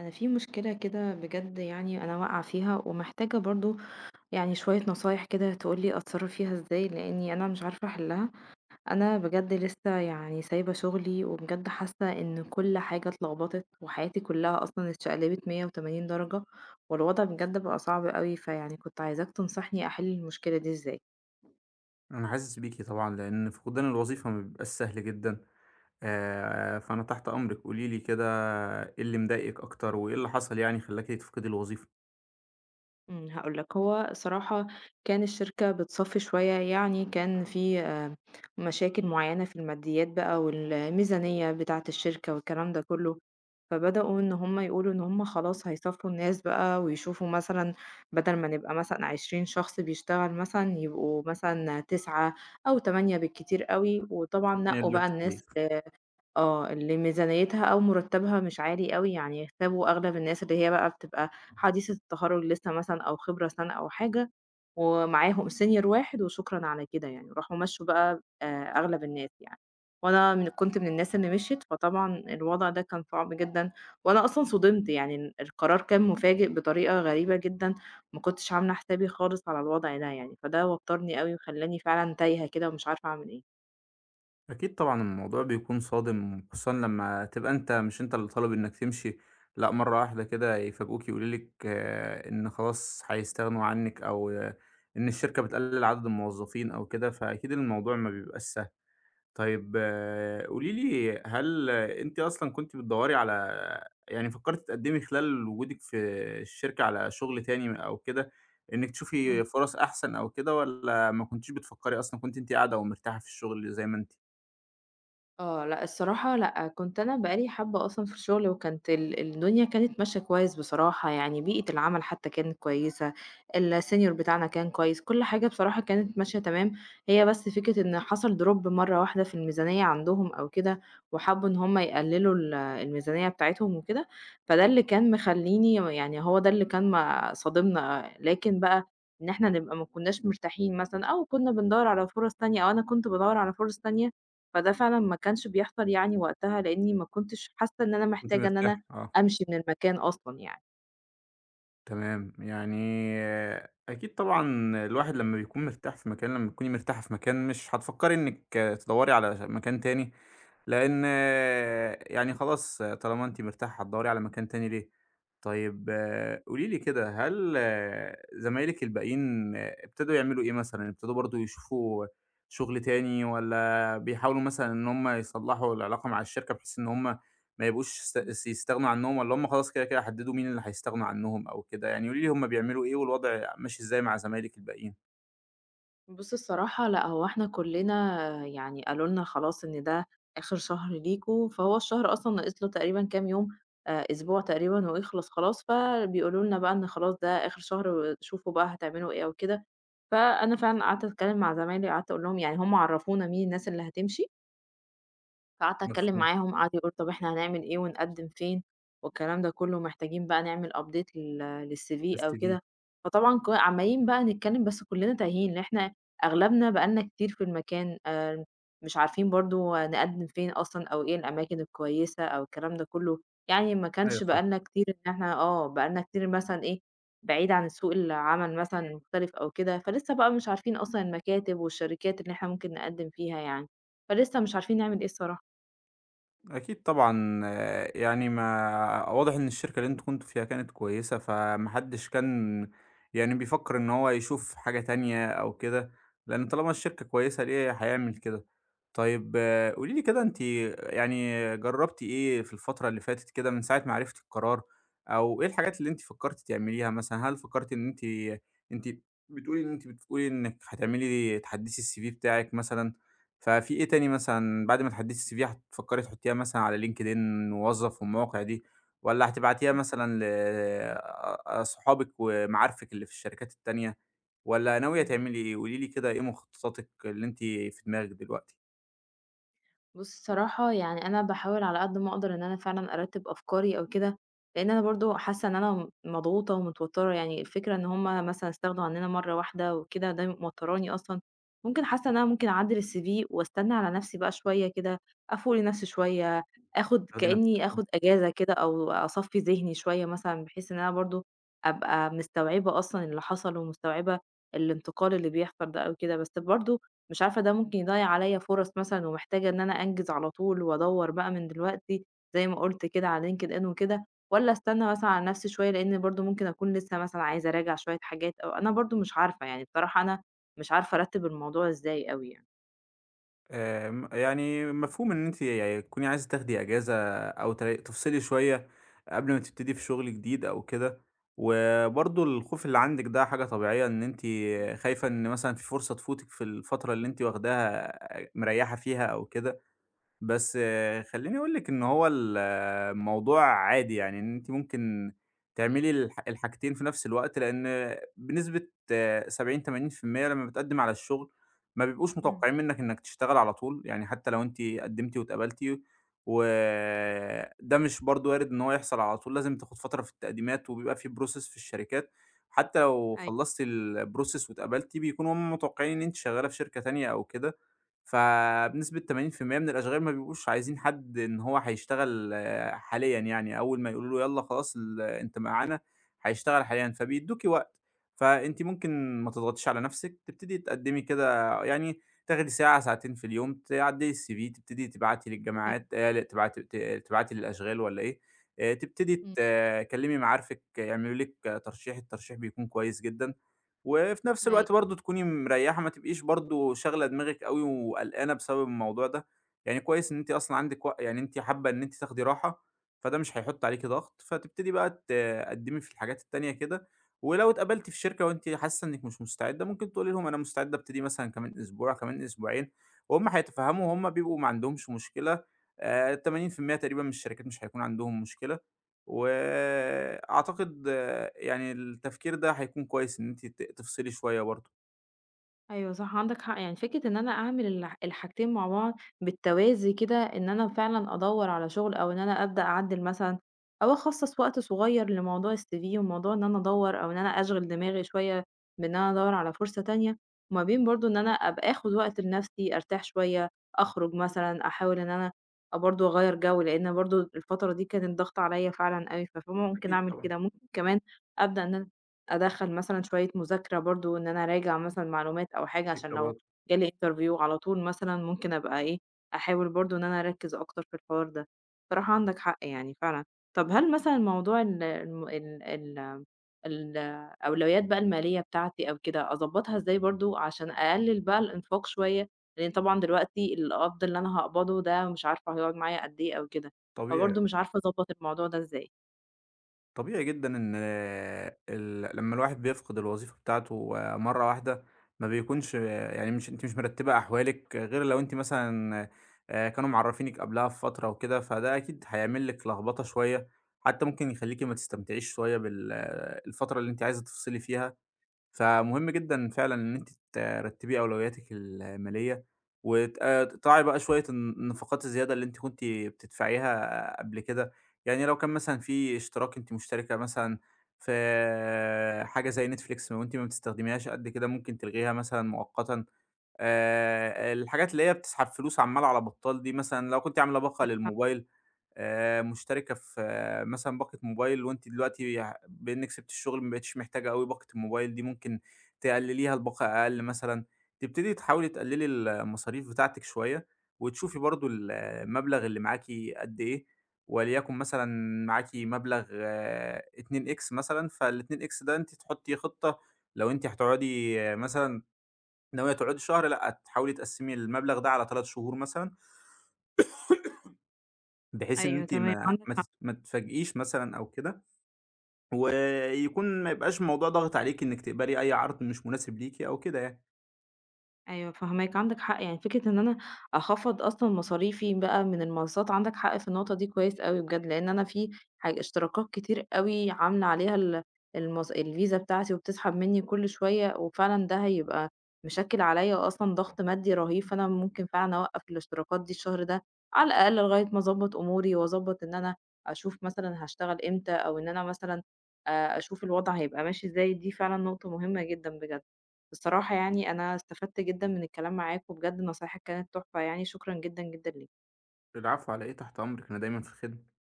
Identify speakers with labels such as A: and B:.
A: انا في مشكله كده بجد، يعني انا واقعه فيها ومحتاجه برضو يعني شويه نصايح كده تقولي اتصرف فيها ازاي، لاني انا مش عارفه احلها. انا بجد لسه يعني سايبه شغلي، وبجد حاسه ان كل حاجه اتلخبطت، وحياتي كلها اصلا اتشقلبت 180 درجه. والوضع بجد بقى صعب قوي، فيعني كنت عايزاك تنصحني احل المشكله دي ازاي.
B: أنا حاسس بيكِ طبعًا، لإن فقدان الوظيفة ما بيبقاش سهل جدًا، فأنا تحت أمرِك، قولي لي كده إيه اللي مضايقِك أكتر، وإيه اللي حصل يعني خلّاكِ تفقدي الوظيفة
A: هاقول لك، هو الصراحة كان الشركة بتصفّي شوية، يعني كان في مشاكل معيّنة في الماديات بقى والميزانية بتاعة الشركة والكلام ده كلّه، فبدؤوا إن هم يقولوا إن هم خلاص هيصفّوا الناس بقى ويشوفوا مثلًا بدل ما نبقى مثلًا 20 شخص بيشتغل مثلًا، يبقوا مثلًا 9 أو 8 بالكتير أوي، وطبعًا
B: عشان
A: نقّوا
B: يقللوا
A: بقى الناس.
B: التكاليف؟
A: آه، اللي ميزانيتها أو مرتبها مش عالي أوي، يعني يغتابوا أغلب الناس اللي هي بقى بتبقى حديثة التخرُّج لسه مثلًا أو خبرة سنة أو حاجة، ومعاهم senior واحد وشكرًا على كده يعني، وراحوا مشّوا بقى أغلب الناس يعني، وأنا كنت من الناس اللي مشيت، فطبعًا الوضع ده كان صعب جدًا، وأنا أصلًا صُدمت، يعني القرار كان مفاجئ بطريقة غريبة جدًا، ما كنتش عاملة حسابي خالص على الوضع ده يعني، فده وتّرني أوي وخلّاني فعلًا تايهة كده ومش عارفة أعمل إيه.
B: أكيد طبعًا الموضوع بيكون صادم، خصوصًا لمّا تبقى أنت مش أنت اللي طالب إنك تمشي، لأ مرة واحدة كده يفاجئوكِ يقولوا لِك إن خلاص هيستغنوا عنِك، أو إن الشركة بتقلل عدد الموظفين أو كده، فأكيد الموضوع ما بيبقاش سهل. طيب قولي لي هل أنتِ أصلًا كنتِ بتدوّري على يعني فكّرتِ تقدّمي خلال وجودِك في الشركة على شغل تاني أو كده، إنِّك تشوفي فرص أحسن أو كده والّا ما كنتيش بتفكّري أصلًا كنتِ أنتِ قاعدة ومرتاحة في الشغل زي ما أنتِ؟
A: آه، لأ الصراحة لأ، كنت أنا بقى لي حبّة أصلًا في الشغل، وكانت الدنيا كانت ماشية كويس بصراحة، يعني بيئة العمل حتّى كانت كويسة، الsenior بتاعنا كان كويس، كل حاجة بصراحة كانت ماشية تمام، هي بس فكرة إن حصل drop مرّة واحدة في الميزانيّة عندهم أو كده، وحبّوا إن هم يقللوا الميزانيّة بتاعتهم وكده، فده اللي كان مخلّيني، يعني هو ده اللي كان ما صادمنا، لكن بقى إن إحنا نبقى ما كناش مرتاحين مثلًا أو كنا بندوّر على فُرَص تانية أو أنا كنت بادوّر على فُرَص تانية، فده فعلًا ما كانش بيحصل يعني وقتها، لإني ما كنتش حاسة إن أنا
B: كنتِ
A: محتاجة إن
B: مرتاحة
A: أنا أمشي من المكان أصلًا يعني.
B: تمام. يعني أكيد طبعًا الواحد لمّا بيكون مرتاح في مكان لمّا تكوني مرتاحة في مكان مش هتفكّري إنِّك تدوّري على مكان تاني. لإن يعني خلاص طالما أنتِ مرتاحة هتدوّري على مكان تاني ليه؟ طيب قولي لي كده، هل زمايلِك الباقيين ابتدوا يعملوا إيه مثلًا؟ ابتدوا برضه يشوفوا شغل تاني والّا بيحاولوا مثلًا إن هم يصلّحوا العلاقة مع الشركة بحيث إن هم ما يبقوش
A: إمم.
B: يستغنوا عنّهم والّا هم خلاص كده، كده حددوا مين اللي هيستغنوا عنّهم أو كده؟ يعني قولي لي هم بيعملوا إيه والوضع ماشي إزاي مع زمايلِك الباقيين؟
A: بُصّي الصراحة لأ، هو إحنا كلّنا يعني قالوا لنا خلاص إن ده آخر شهر ليكم، فهو الشهر أصلًا ناقص له تقريبًا كام يوم، أسبوع تقريبًا ويخلص خلاص، فبيقولوا لنا بقى إن خلاص ده آخر شهر وشوفوا بقى هتعملوا إيه أو كده، فأنا فعلًا قعدت أتكلم مع زمايلي، قعدت أقول لهم يعني هم عرّفونا مين الناس اللي هتمشي، فقعدت أتكلم
B: مفهوم،
A: معاهم قعدوا يقولوا طب إحنا هنعمل إيه ونقدم فين، والكلام ده كله محتاجين بقى نعمل update للCV أو
B: الCV
A: كده، فطبعًا عمّالين بقى نتكلم بس كلنا تايهين، لإن إحنا أغلبنا بقى لنا كتير في المكان، مش عارفين برضه نقدم فين أصلًا أو إيه الأماكن الكويسة أو الكلام ده كله، يعني ما
B: أيوه
A: كانش
B: فاهمك.
A: بقى لنا كتير إن إحنا بقى لنا كتير مثلًا إيه بعيد عن سوق العمل مثلًا المختلف أو كده، فلسه بقى مش عارفين أصلًا المكاتب والشركات اللي إحنا ممكن نقدم فيها يعني، فلسه مش عارفين نعمل إيه الصراحة.
B: أكيد طبعًا يعني ما واضح إن الشركة اللي أنتم كنتم فيها كانت كويسة، فما حدش كان يعني بيفكّر إن هو يشوف حاجة تانية أو كده، لإن طالما الشركة كويسة ليه هيعمل كده. طيب قولي لي كده أنتِ يعني جرّبتِ إيه في الفترة اللي فاتت كده من ساعة ما عرفتِ القرار، أو إيه الحاجات اللي أنتِ فكّرتِ تعمليها مثلًا؟ هل فكّرتِ إن أنتِ أنتِ بتقولي إنِّك هتعملي تحدّثي الCV بتاعِك مثلًا، ففي إيه تاني مثلًا بعد ما تحدّثي الCV هتفكّري تحطّيها مثلًا على LinkedIn وموظف والمواقع دي، والّا هتبعتيها مثلًا ل صحابك ومعارفِك اللي في الشركات التانية، والّا ناوية
A: إمم.
B: تعملي إيه؟ قولي لي كده إيه مخططاتِك اللي أنتِ في دماغِك دلوقتي؟
A: بُص الصراحة يعني أنا باحاول على قد ما أقدر إن أنا فعلًا أرتّب أفكاري أو كده، لإن أنا برضه حاسة إن أنا مضغوطة ومتوترة، يعني الفكرة إن هُم مثلًا استغنوا عننا مرّة واحدة وكده ده موتراني أصلًا، ممكن حاسة إن أنا ممكن أعدّل الCV واستنى على نفسي بقى شوية كده، أفوق لنفسي شوية، آخُد
B: تاخدي
A: كإني
B: نفَسِك
A: آخُد إجازة كده أو أصفّي ذهني شوية مثلًا، بحيث إن أنا برضه أبقى مستوعبة أصلًا اللي حصل ومستوعبة الانتقال اللي بيحصل ده أو كده، بس برضه مش عارفة ده ممكن يضيّع عليّا فرص مثلًا، ومحتاجة إن أنا أنجز على طول وأدوّر بقى من دلوقتي زي ما قُلت كده على LinkedIn وكده، والّا أستنى مثلًا على نفسي شوية، لإن برضه ممكن أكون لسه مثلًا عايزة أراجع شوية حاجات أو أنا برضه مش عارفة، يعني بصراحة أنا مش عارفة أرتّب الموضوع إزاي أوي يعني.
B: يعني مفهوم إن أنتِ يعني تكوني عايزة تاخدي إجازة أو تفصلي شوية قبل ما تبتدي في شغل جديد أو كده، وبرضه الخوف اللي عندِك ده حاجة طبيعية إن أنتِ خايفة إن مثلًا في فرصة تفوتِك في الفترة اللي أنتِ واخداها مريّحة فيها أو كده. بس خلّيني أقول لِك إن هو ال آه، الموضوع عادي، يعني إن أنتِ ممكن تعملي الحاجتين في نفس الوقت، لإن بنسبة 70، 80% لمّا بتقدّم على الشغل ما بيبقوش
A: إمم،
B: متوقعين منّك إنّك تشتغل على طول، يعني حتى لو أنتِ قدّمتِ واتقبلتِ وده مش برضه وارد إن هو يحصل على طول، لازم تاخد فترة في التقديمات وبيبقى في process في الشركات، حتى لو
A: أيوه،
B: خلّصتِ الprocess واتقبلتِ بيكونوا هُم متوقعين إن أنتِ شغّالة في شركة تانية أو كده. فبنسبة 80% من الأشغال ما بيبقوش عايزين حد إن هو هيشتغل حاليًا يعني، أول ما يقولوا له يالّا خلاص أنت معانا هيشتغل حاليًا، فبيدوكِ وقت. فأنتِ ممكن ما تضغطيش على نفسِك، تبتدي تقدمي كده يعني تاخدي ساعة، ساعتين في اليوم، تعدلي الCV، تبتدي تبعتي
A: حلو،
B: للجامعات لأ، تبعتي تبعتي للأشغال والّا إيه، تبتدي
A: إمم،
B: تكلمي معارفِك يعملوا لِك ترشيح، الترشيح بيكون كويس جدًا. وفي نفس
A: أيوه.
B: الوقت برضه تكوني مريّحة، ما تبقيش برضه شاغلة دماغِك أوي وقلقانة بسبب الموضوع ده، يعني كويس إن أنتِ أصلًا عندِك يعني أنتِ حابة إن أنتِ تاخدي راحة، فده مش هيحُط عليكِ ضغط، فتبتدي بقى تقدّمي في الحاجات التانية كده، ولو اتقبلتِ في شركة وأنتِ حاسة إنِّك مش مستعدة، ممكن تقولي لهم أنا مستعدة أبتدي مثلًا كمان أسبوع، كمان أسبوعين، وهُم هيتفهّموا وهُم بيبقوا ما عندهمش مشكلة، 80% تقريبًا من الشركات مش هيكون عندهم مشكلة، وأعتقد يعني التفكير ده هيكون كويس إن أنتِ تفصلي شوية برضه.
A: أيوه صح، عندك حق، يعني فكرة إن أنا أعمل الحاجتين مع بعض بالتوازي كده، إن أنا فعلًا أدوّر على شغل أو إن أنا أبدأ أعدِّل مثلًا أو أخصّص وقت صغير لموضوع الCV وموضوع إن أنا أدوّر أو إن أنا أشغِل دماغي شوية بإن أنا أدوّر على فرصة تانية، وما بين برضه إن أنا أبقى آخُد وقت لنَفْسي، أرتاح شوية، أخرُج مثلًا، أحاول إن أنا برضه أغيّر جو، لإن برضه الفترة دي كانت ضاغطة عليّا فعلًا أوي، ففممكن
B: أكيد
A: أعمل
B: طبعًا،
A: كده، ممكن كمان أبدأ إن أدخّل مثلًا شوية مذاكرة برضه، إن أنا أراجع مثلًا معلومات أو حاجة عشان
B: فكرة
A: لو
B: برضه
A: جالي interview على طول مثلًا ممكن أبقى إيه، أحاول برضه إن أنا أركّز أكتر في الحوار ده. بصراحة عندك حق يعني فعلًا. طب هل مثلًا موضوع ال الم ال ال الأولويات بقى المالية بتاعتي أو كده أضبّطها إزاي برضه عشان أقلّل بقى الإنفاق شوية؟ لإن طبعًا دلوقتي القبض اللي أنا هاقبضه ده مش عارفة هيقعد معايا قد إيه أو كده،
B: طبيعي
A: فبرضه مش عارفة أضبّط الموضوع ده إزاي.
B: طبيعي جدًا إن آه، ال لمّا الواحد بيفقد الوظيفة بتاعته مرّة واحدة ما بيكونش يعني مش أنتِ مش مرتبة أحوالِك غير لو أنتِ مثلًا كانوا معرّفينِك قبلها بفترة وكده، فده أكيد هيعمل لِك لخبطة شوية، حتى ممكن يخليكِ ما تستمتعيش شوية الفترة اللي أنتِ عايزة تفصلي فيها. فمهم جدًا فعلًا إن أنتِ ترتّبي أولوياتِك المالية، وت تقطعي بقى شوية النفقات الزيادة اللي أنتِ كنتِ بتدفعيها قبل كده، يعني لو كان مثلًا في اشتراك أنتِ مشتركة مثلًا في حاجة زي Netflix وأنتِ ما بتستخدميهاش قد كده ممكن تلغيها مثلًا مؤقتًا، الحاجات اللي هي بتسحب فلوس عمّال على بطّال دي مثلًا لو كنتِ عاملة باقة للموبايل مشتركة في مثلًا باقة موبايل وأنتِ دلوقتي بإنِّك سِبتِ الشغل ما بقيتيش محتاجة أوي باقة الموبايل دي، ممكن تقلّليها لباقة أقل مثلًا، تبتدي تحاولي تقلّلي المصاريف بتاعتِك شوية، وتشوفي برضه المبلغ اللي معاكِ قد إيه، وليكن مثلًا معاكِ مبلغ 2X مثلًا، فال2X ده أنتِ تحطّي خطة لو أنتِ هتقعدي مثلًا ناوية تقعدي شهر لأ، تحاولي تقسّمي المبلغ ده على 3 شهور مثلًا بحيث إن
A: أيوه
B: أنتِ
A: تمام،
B: ما
A: عندك
B: ما
A: حق.
B: تت ما تتفاجئيش مثلًا أو كده، ويكون ما يبقاش الموضوع ضاغط عليكِ إنِّك تقبلي أي عرض مش مناسب ليكِ أو كده يعني.
A: أيوه فاهماك، عندك حق، يعني فكرة إن أنا أخفّض أصلًا مصاريفي بقى من المنصات، عندك حق في النقطة دي كويس أوي بجد، لإن أنا في اشتراكات كتير أوي عاملة عليها ال المص الفيزا بتاعتي وبتسحب منّي كل شوية، وفعلًا ده هيبقى مشكِّل عليّا أصلًا ضغط مادي رهيب، فأنا ممكن فعلًا أوقّف الاشتراكات دي الشهر ده على الأقل لغاية ما أضبّط أموري وأضبّط إن أنا أشوف مثلًا هاشتغل إمتى أو إن أنا مثلًا أشوف الوضع هيبقى ماشي إزاي، دي فعلًا نقطة مهمة جدًا بجد. بصراحة يعني أنا استفدت جدًا من الكلام معاك، وبجد نصايحك كانت تحفة يعني، شكرًا جدًا، جدًا ليك.
B: العفو على إيه، تحت أمرِك، أنا دايمًا في الخدمة.